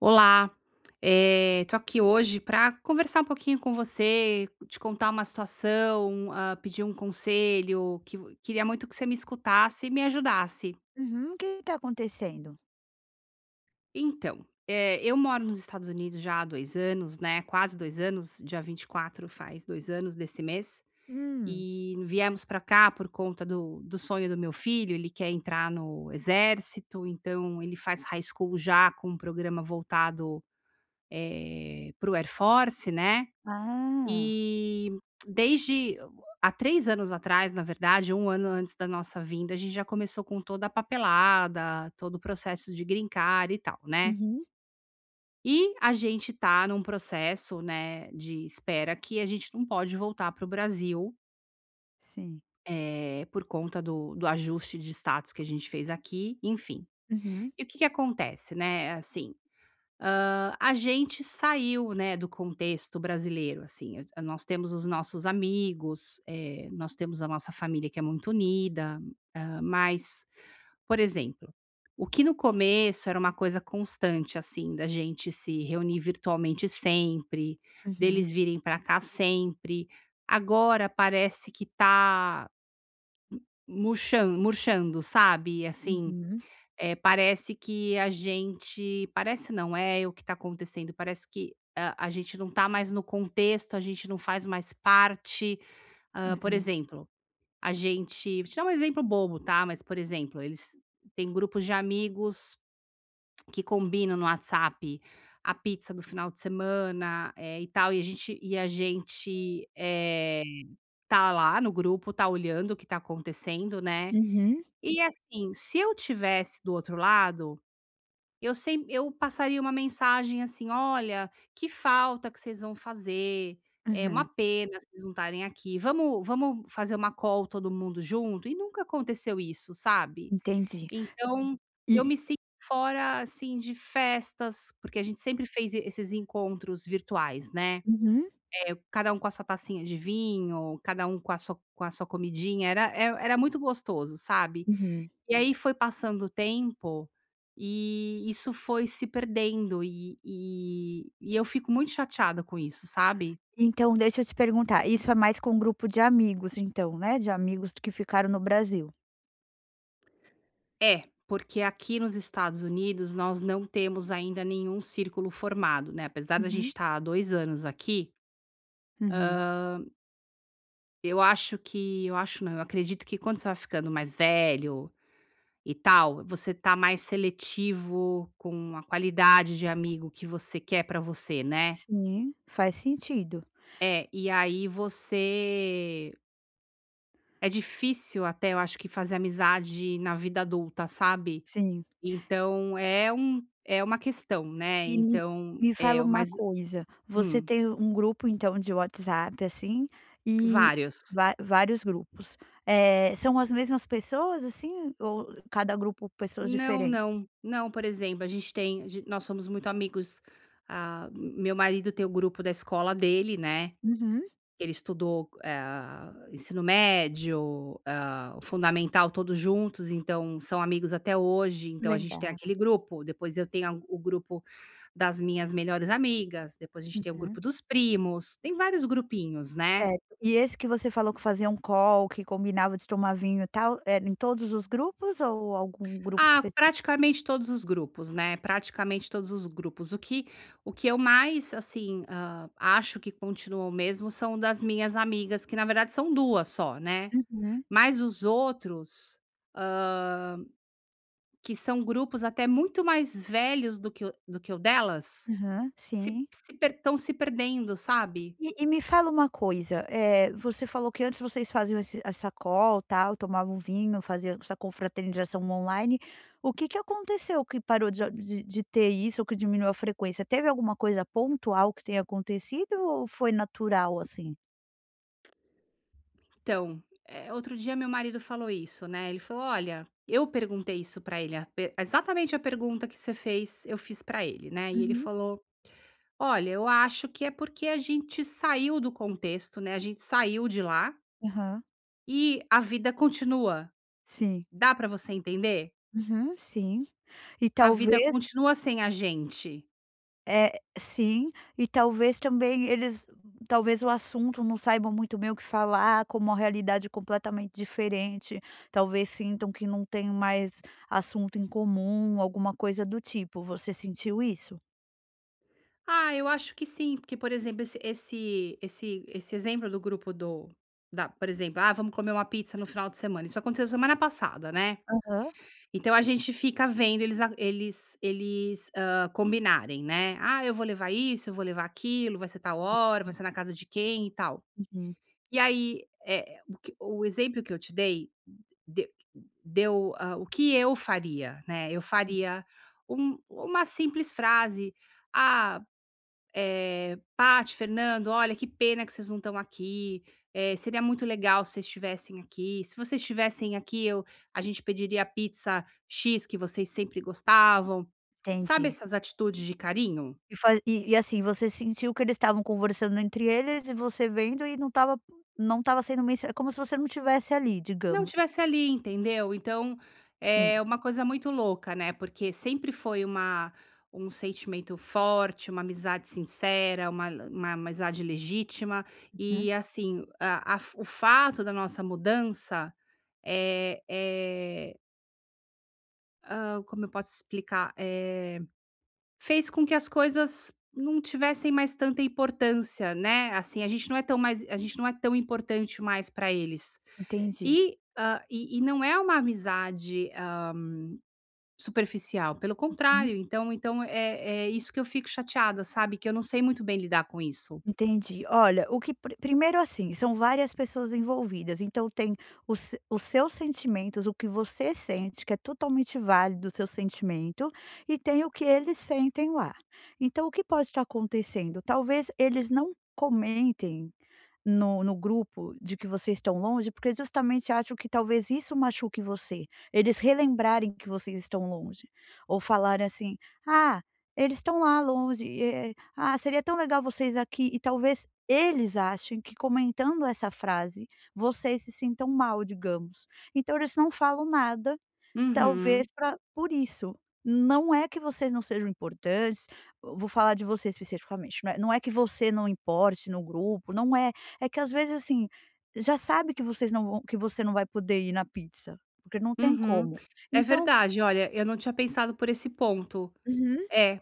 Olá, estou aqui hoje para conversar um pouquinho com você, te contar uma situação, pedir um conselho, que queria muito que você me escutasse e me ajudasse. Uhum. O que está acontecendo? Então, eu moro nos Estados Unidos já há dois anos, né? Quase dois anos, dia 24, faz dois anos desse mês. Hum. E viemos para cá por conta do sonho do meu filho, ele quer entrar no exército, então ele faz high school já com um programa voltado para o Air Force, né? Ah. E desde há 3 anos atrás, na verdade, um ano antes da nossa vinda, a gente já começou com toda a papelada, todo o processo de grincar e tal, né. Uhum. E a gente tá num processo, né, de espera que a gente não pode voltar para o Brasil, Sim. Por conta do ajuste de status que a gente fez aqui, enfim. Uhum, E o que que acontece, né, assim. A gente saiu, né, do contexto brasileiro, assim, nós temos os nossos amigos, nós temos a nossa família que é muito unida, mas, por exemplo, o que no começo era uma coisa constante, assim, da gente se reunir virtualmente sempre, uhum, deles virem para cá sempre, agora parece que tá murchando, sabe, assim. uhum, Parece que a gente, parece não, é o que está acontecendo, parece que a gente não está mais no contexto, a gente não faz mais parte. Por uhum, exemplo, a gente vou te dar um exemplo bobo, tá, mas, por exemplo, eles têm grupos de amigos que combinam no WhatsApp a pizza do final de semana, e tal, e a gente, está lá no grupo, tá olhando o que está acontecendo, né. uhum, E assim, se eu tivesse do outro lado eu sem eu passaria uma mensagem assim: "Olha, que falta que vocês vão fazer, é uma uhum. pena vocês não estarem aqui, vamos fazer uma call todo mundo junto?" E nunca aconteceu isso, sabe. Entendi. Então, eu E me sinto fora, assim, de festas, porque a gente sempre fez e esses encontros virtuais, né. uhum, Cada um com a sua tacinha de vinho, cada um com a sua comidinha, era muito gostoso, sabe. uhum. E aí foi passando o tempo, e isso foi se perdendo e eu fico muito chateada com isso, sabe. Então deixa eu te perguntar, isso é mais com um grupo de amigos então, né, de amigos que ficaram no Brasil? É, porque aqui nos Estados Unidos nós não temos ainda nenhum círculo formado, né, apesar da gente Uhum, estar há 2 anos aqui, uhum. Eu acho não, eu acredito que quando você vai ficando mais velho e tal, você tá mais seletivo com a qualidade de amigo que você quer pra você, né. Sim, faz sentido. É, e aí você É difícil até, eu acho que fazer amizade na vida adulta, sabe. Sim. Então é uma questão, né, E me então, me fala uma coisa, você hum. tem um grupo então de WhatsApp, assim, e Vários. va vários grupos, são as mesmas pessoas, assim, ou cada grupo pessoas Não, diferentes? não. Não, por exemplo, a gente tem a gen nós somos muito amigos, meu marido tem o grupo da escola dele, né. Uhum, Ele estudou, ensino médio, o fundamental todos juntos, então são amigos até hoje, então a gente tem legal. aquele grupo, depois eu tenho a o grupo das minhas melhores amigas, depois a gente tem o grupo Uhum. dos primos, tem vários grupinhos, né. Certo. E esse que você falou que fazia um call, que combinava de tomar vinho e tal, era em todos os grupos ou algum grupo Ah, específico? praticamente todos os grupos, né, praticamente todos os grupos. O que eu mais, assim, acho que continuam mesmo são das minhas amigas, que na verdade são 2 só, né. Uhum, Mas os outros, que são grupos até muito mais velhos do que o delas, aham, se sim. estão se perdendo, sabe. Me fala uma coisa, você falou que antes vocês faziam esse essa call, tal, tomavam vinho, faziam essa confraternização online. O que que aconteceu que parou de ter isso ou que diminuiu a frequência? Teve alguma coisa pontual que tenha acontecido ou foi natural, assim? Então, outro dia meu marido falou isso, né, ele falou: "Olha", eu perguntei isso pra ele, a pe exatamente a pergunta que você fez, eu fiz pra ele, né, e ele Uhum. falou: "Olha, eu acho que é porque a gente saiu do contexto, né, a gente saiu de lá Aham. e a vida continua. Sim. Dá pra você entender? Uhum, sim. E A vida talvez. continua sem a gente". É, sim, e talvez também eles talvez o assunto não saibam muito bem o que falar, como uma realidade completamente diferente, talvez sintam que não tem mais assunto em comum, alguma coisa do tipo. Você sentiu isso? Ah, eu acho que sim, porque, por exemplo, esse exemplo do grupo do da por exemplo: "Ah, vamos comer uma pizza no final de semana", isso aconteceu semana passada, né. Aham. Então a gente fica vendo eles a eles eles, combinarem, né: "Ah, eu vou levar isso, eu vou levar aquilo, vai ser tal hora, vai ser na casa de quem e tal". Uhum. E aí, é o exemplo que eu te dei de o que eu faria, né. Eu faria uma simples frase: "Ah, Paty, Fernando, olha, que pena que vocês não estão aqui. Seria muito legal se vocês estivessem aqui. Se vocês estivessem aqui, eu a gente pediria a pizza X que vocês sempre gostavam." Sabe Entendi. essas atitudes de carinho? E fa e assim, você sentiu que eles estavam conversando entre eles e você vendo e não estava não estava sendo mencio é como se você não estivesse ali, Não digamos. tivesse ali, entendeu? Então, é Sim, uma coisa muito louca, né? Porque sempre foi uma um sentimento forte, uma amizade sincera, uma amizade legítima. uhum, E assim, o fato da nossa mudança é, é como eu posso explicar? Fez com que as coisas não tivessem mais tanta importância, né, assim, a gente não é tão importante mais para eles. entendi. E, hã, e não é uma amizade, superficial, pelo contrário, então é é isso que eu fico chateada, sabe, que eu não sei muito bem lidar com isso. Entendi. Olha, o que primeiro, assim, são várias pessoas envolvidas, então tem os se os seus sentimentos, o que você sente, que é totalmente válido o seu sentimento, e tem o que eles sentem lá. Então o que pode estar acontecendo? Talvez eles não comentem no grupo de que vocês estão longe, porque justamente acham que talvez isso machuque você, eles relembrarem que vocês estão longe, ou falarem assim: "Ah, eles estão lá longe, ah, seria tão legal vocês aqui", e talvez eles achem que comentando essa frase, vocês se sintam mal, digamos. Então eles não falam nada. Talvez Uhum, pra por isso. Não é que vocês não sejam importantes, vou falar de você especificamente, não é não é que você não importe no grupo, não é, é que às vezes, assim, já sabe que vocês não vão que você não vai poder ir na pizza, porque não tem uhum. como. É Então. verdade, olha, eu não tinha pensado por esse ponto. Uhum. É,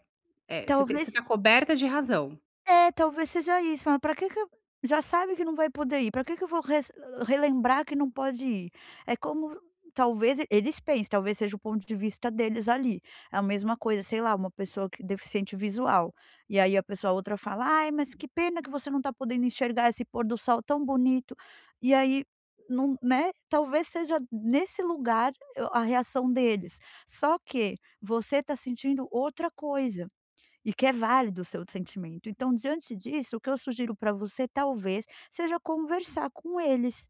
é, você Talvez. tá coberta de razão. Talvez seja isso, fala: "Pra que que eu" já sabe que não vai poder ir, pra que que eu vou res relembrar que não pode ir? É como talvez eles pensem, talvez seja o ponto de vista deles ali. É a mesma coisa, sei lá, uma pessoa que deficiente visual, e aí a pessoa outra fala: "Ai, mas que pena que você não tá podendo enxergar esse pôr do sol tão bonito". E aí não né, talvez seja nesse lugar a reação deles. Só que você tá sentindo outra coisa e que é válido o seu sentimento. Então, diante disso, o que eu sugiro para você, talvez, seja conversar com eles.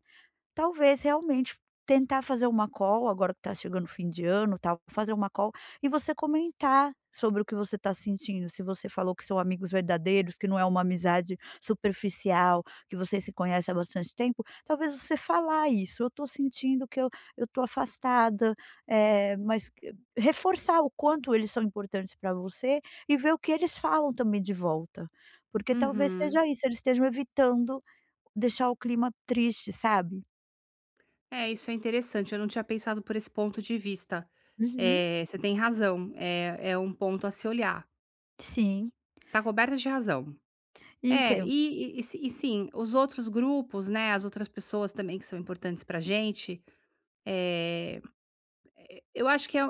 Talvez realmente tentar fazer uma call, agora que está chegando o fim de ano, tal, fazer uma call e você comentar sobre o que você está sentindo, se você falou que são amigos verdadeiros, que não é uma amizade superficial, que você se conhece há bastante tempo, talvez você falar isso: "Eu estou sentindo que eu estou afastada", eh, mas q reforçar o quanto eles são importantes para você e ver o que eles falam também de volta, porque talvez Uhum. seja isso, eles estejam evitando deixar o clima triste, sabe? É, isso é interessante, eu não tinha pensado por esse ponto de vista. Uhum, Você tem razão, é é um ponto a se olhar. sim, Tá coberta de razão. É, então e si e Sim, os outros grupos, né, as outras pessoas também que são importantes pra gente. Eu acho que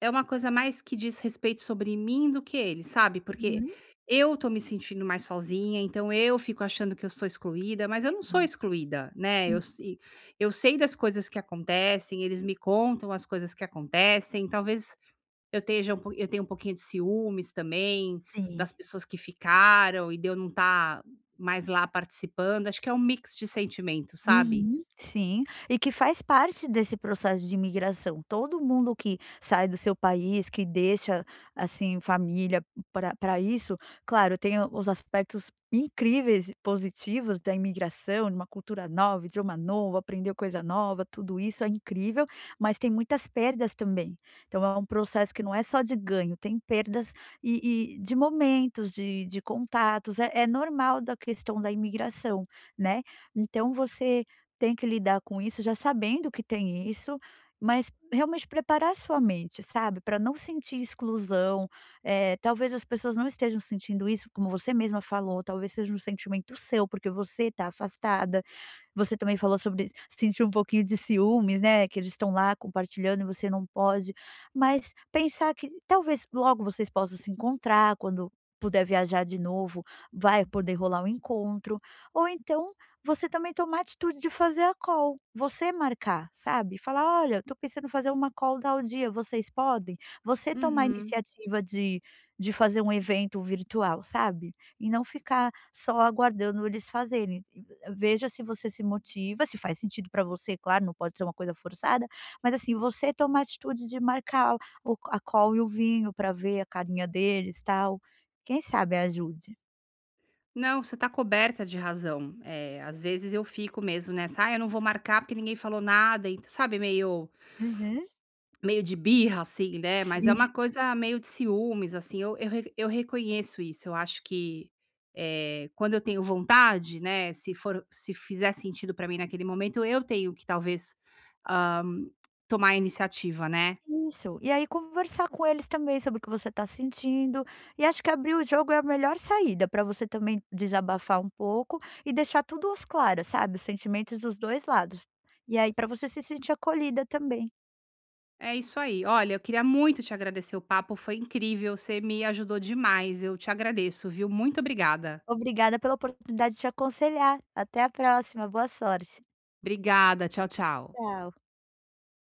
é uma coisa mais que diz respeito sobre mim do que ele, sabe, porque uhum, eu tô me sentindo mais sozinha, então eu fico achando que eu sou excluída, mas eu não sou excluída, né, eu hum, se eu sei das coisas que acontecem, eles me contam as coisas que acontecem, talvez eu tenha um pouquinho de ciúmes também, sim. das pessoas que ficaram e de eu não estar mais lá participando, acho que é um mix de sentimentos, sabe? Uhum, sim, e que faz parte desse processo de imigração. Todo mundo que sai do seu país, que deixa, assim, família para pra isso, claro, tem o os aspectos incríveis e positivos da imigração, de uma cultura nova, idioma novo, aprender coisa nova, tudo isso é incrível, mas tem muitas perdas também. Então é um processo que não é só de ganho, tem perdas e de momentos, de contatos, é normal da questão da imigração, né. Então você tem que lidar com isso já sabendo que tem isso, mas realmente preparar a sua mente, sabe, para não sentir exclusão, talvez as pessoas não estejam sentindo isso, como você mesma falou, talvez seja um sentimento seu, porque você está afastada. Você também falou sobre sentir um pouquinho de ciúmes, né, que eles estão lá compartilhando e você não pode, mas pensar que talvez logo vocês possam se encontrar, quando puder viajar de novo, vai poder rolar um encontro, ou então você também tomar a atitude de fazer a call, você marcar, sabe, falar: "Olha, estou pensando em fazer uma call tal dia, vocês podem?". Você tomar a Uhum. iniciativa de fazer um evento virtual, sabe, e não ficar só aguardando eles fazerem. E, veja se você se motiva, se faz sentido para você, claro, não pode ser uma coisa forçada, mas, assim, você tomar a atitude de marcar o a call e o vinho para ver a carinha deles, tal, quem sabe ajude. Não, você está coberta de razão. Eh, às vezes eu fico mesmo nessa: "Ah, eu não vou marcar porque ninguém falou nada", e sabe, Uhum. meio de birra, assim, né, mas é Sim. uma coisa meio de ciúmes, assim, eu reconheço isso. Eu acho que, quando eu tenho vontade, né, se fizer sentido para mim naquele momento, eu tenho que talvez, hã, tomar a iniciativa, né. Isso. E aí conversar com eles também sobre o que você está sentindo, e acho que abrir o jogo é a melhor saída para você também desabafar um pouco e deixar tudo às claras, sabe, os sentimentos dos 2 lados. E aí para você se sentir acolhida também. É isso aí. Olha, eu queria muito te agradecer o papo, foi incrível, você me ajudou demais. Eu te agradeço, viu. Muito obrigada. Obrigada pela oportunidade de te aconselhar. Até a próxima, boa sorte. Obrigada, tchau, tchau. Tchau.